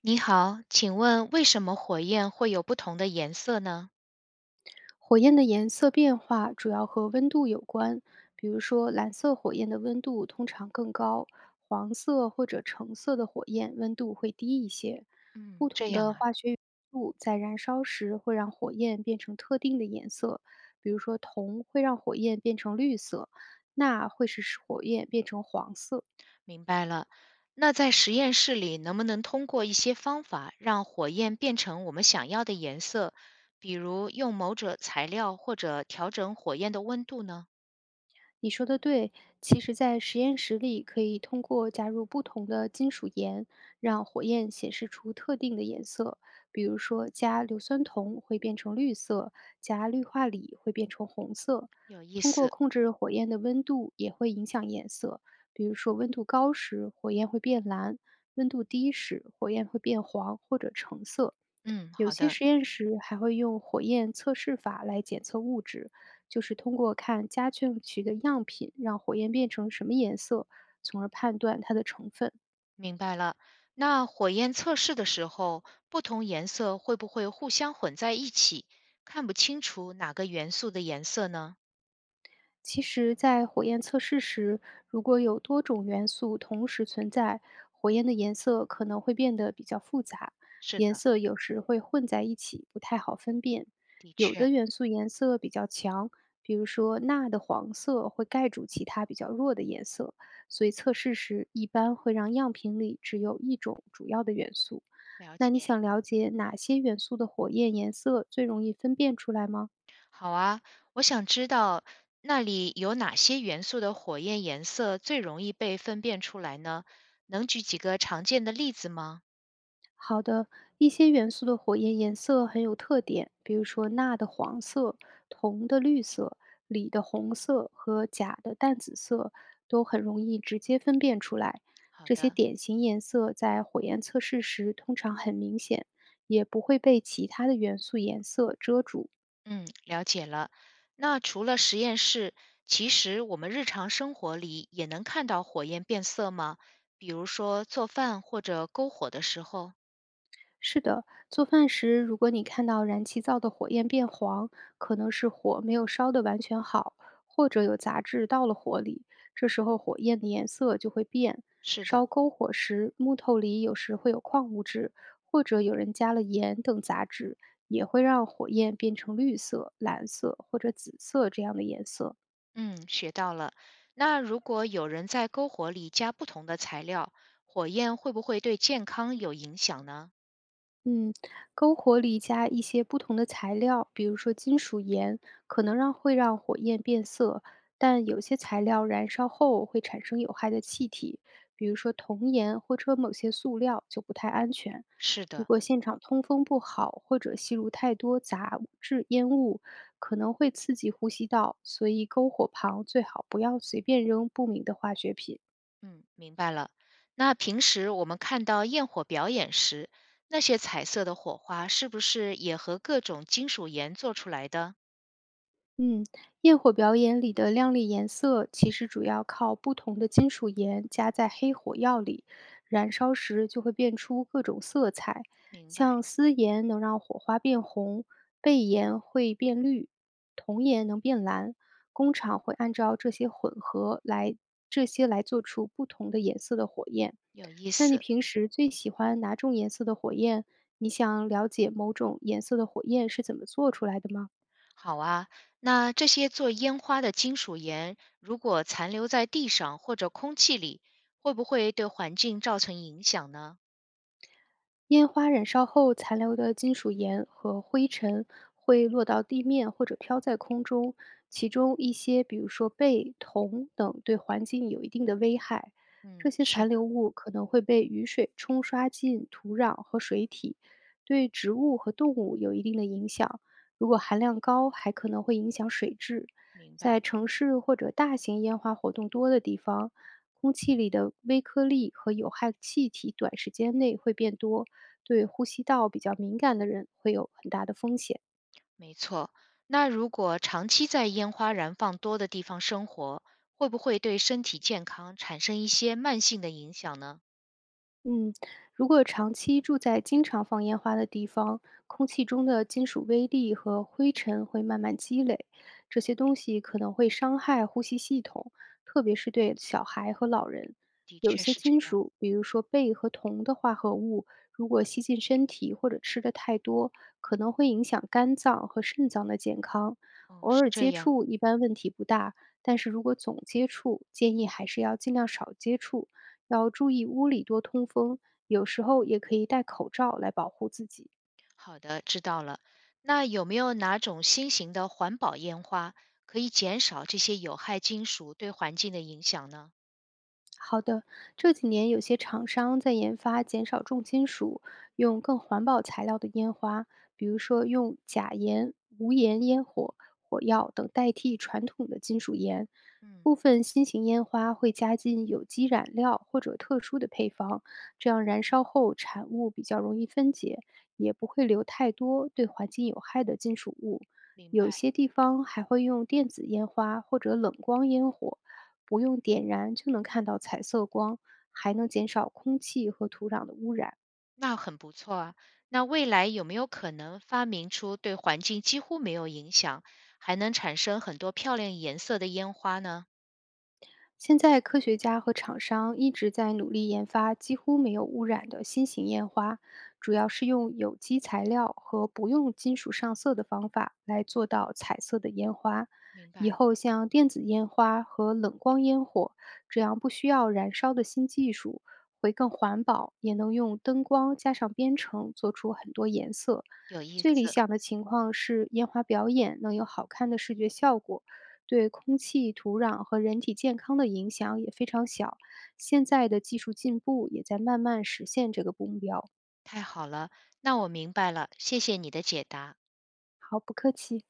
你好，请问为什么火焰会有不同的颜色呢？火焰的颜色变化主要和温度有关，比如说蓝色火焰的温度通常更高，黄色或者橙色的火焰温度会低一些。嗯，不这同样的啊，化学元素在燃烧时会让火焰变成特定的颜色，比如说铜会让火焰变成绿色，钠会使火焰变成黄色。明白了。那在实验室里，能不能通过一些方法让火焰变成我们想要的颜色？比如用某种材料或者调整火焰的温度呢？你说的对，其实，在实验室里可以通过加入不同的金属盐，让火焰显示出特定的颜色。比如说，加硫酸铜会变成绿色，加氯化锂会变成红色。有意通过思。控制火焰的温度，也会影响颜色。比如说，温度高时，火焰会变蓝；温度低时，火焰会变黄或者橙色。嗯，有好些的，实验室还会用火焰测试法来检测物质，就是通过看加进去的样品，让火焰变成什么颜色，从而判断它的成分。明白了。那火焰测试的时候，不同颜色会不会互相混在一起，看不清楚哪个元素的颜色呢？其实，在火焰测试时，如果有多种元素同时存在，火焰的颜色可能会变得比较复杂，是颜的，色有时会混在一起，不太好分辨。的有确，的元素颜色比较强，比如说钠的黄色会盖住其他比较弱的颜色，所以测试时一般会让样品里只有一种主要的元素。了那你解。想了解哪些元素的火焰颜色最容易分辨出来吗？好啊，我想知道那里有哪些元素的火焰颜色最容易被分辨出来呢？能举几个常见的例子吗？好的，一些元素的火焰颜色很有特点，比如说钠的黄色、铜的绿色、锂的红色和钾的淡紫色，都很容易直接分辨出来。好这些的，典型颜色在火焰测试时通常很明显，也不会被其他的元素颜色遮住。嗯，了解了。那除了实验室，其实我们日常生活里也能看到火焰变色吗？比如说做饭或者篝火的时候。是的，做饭时如果你看到燃气灶的火焰变黄，可能是火没有烧的完全好，或者有杂质到了火里，这时候火焰的颜色就会变。是烧的，篝火时，木头里有时会有矿物质，或者有人加了盐等杂质，也会让火焰变成绿色、蓝色或者紫色这样的颜色。嗯，学到了。那如果有人在篝火里加不同的材料，火焰会不会对健康有影响呢？嗯，篝火里加一些不同的材料，比如说金属盐，可能让会让火焰变色，但有些材料燃烧后会产生有害的气体，比如说铜盐或者某些塑料就不太安全。是如的。果现场通风不好，或者吸入太多杂质烟雾，可能会刺激呼吸道，所以篝火旁最好不要随便扔不明的化学品。嗯，明白了。那平时我们看到焰火表演时，那些彩色的火花是不是也和各种金属盐做出来的？嗯，焰火表演里的亮丽颜色其实主要靠不同的金属盐加在黑火药里，燃烧时就会变出各种色彩。明白，像丝盐能让火花变红，背盐会变绿，铜盐能变蓝。工厂会按照这些混合来，这些来做出不同的颜色的火焰。有意那你思。平时最喜欢哪种颜色的火焰？你想了解某种颜色的火焰是怎么做出来的吗？好啊，那这些做烟花的金属盐，如果残留在地上或者空气里，会不会对环境造成影响呢？烟花燃烧后残留的金属盐和灰尘会落到地面或者飘在空中，其中一些，比如说钡、铜等，对环境有一定的危害。这嗯，些是残的，留物可能会被雨水冲刷进土壤和水体，对植物和动物有一定的影响。如果含量高，还可能会影响水质。明在白。城市或者大型烟花活动多的地方，空气里的微颗粒和有害气体短时间内会变多，对呼吸道比较敏感的人会有很大的风险。没错，那如果长期在烟花燃放多的地方生活，会不会对身体健康产生一些慢性的影响呢？嗯，如果长期住在经常放烟花的地方，空气中的金属微粒和灰尘会慢慢积累，这些东西可能会伤害呼吸系统，特别是对小孩和老人。的有确些是这金样。属，比如说钡和铜的化合物，如果吸进身体或者吃的太多，可能会影响肝脏和肾脏的健康。哦，偶是尔这接样。触一般问题不大，但是如果总接触，建议还是要尽量少接触，要注意屋里多通风，有时候也可以戴口罩来保护自己。好的，知道了。那有没有哪种新型的环保烟花可以减少这些有害金属对环境的影响呢？好的，这几年有些厂商在研发减少重金属、用更环保材料的烟花，比如说用钾盐、无盐烟火、火药等代替传统的金属盐。嗯，部分新型烟花会加进有机染料或者特殊的配方，这样燃烧后产物比较容易分解，也不会留太多对环境有害的金属物。明有白。些地方还会用电子烟花或者冷光烟火，不用点燃就能看到彩色光，还能减少空气和土壤的污染。那很不错啊。那未来有没有可能发明出对环境几乎没有影响，还能产生很多漂亮颜色的烟花呢？现在科学家和厂商一直在努力研发几乎没有污染的新型烟花，主要是用有机材料和不用金属上色的方法来做到彩色的烟花。明以白。后像电子烟花和冷光烟火这样不需要燃烧的新技术，会更环保，也能用灯光加上编程做出很多颜色。有意最理思，想的情况是烟花表演能有好看的视觉效果，对空气、土壤和人体健康的影响也非常小。现在的技术进步也在慢慢实现这个目标。太好了，那我明白了，谢谢你的解答。好，不客气。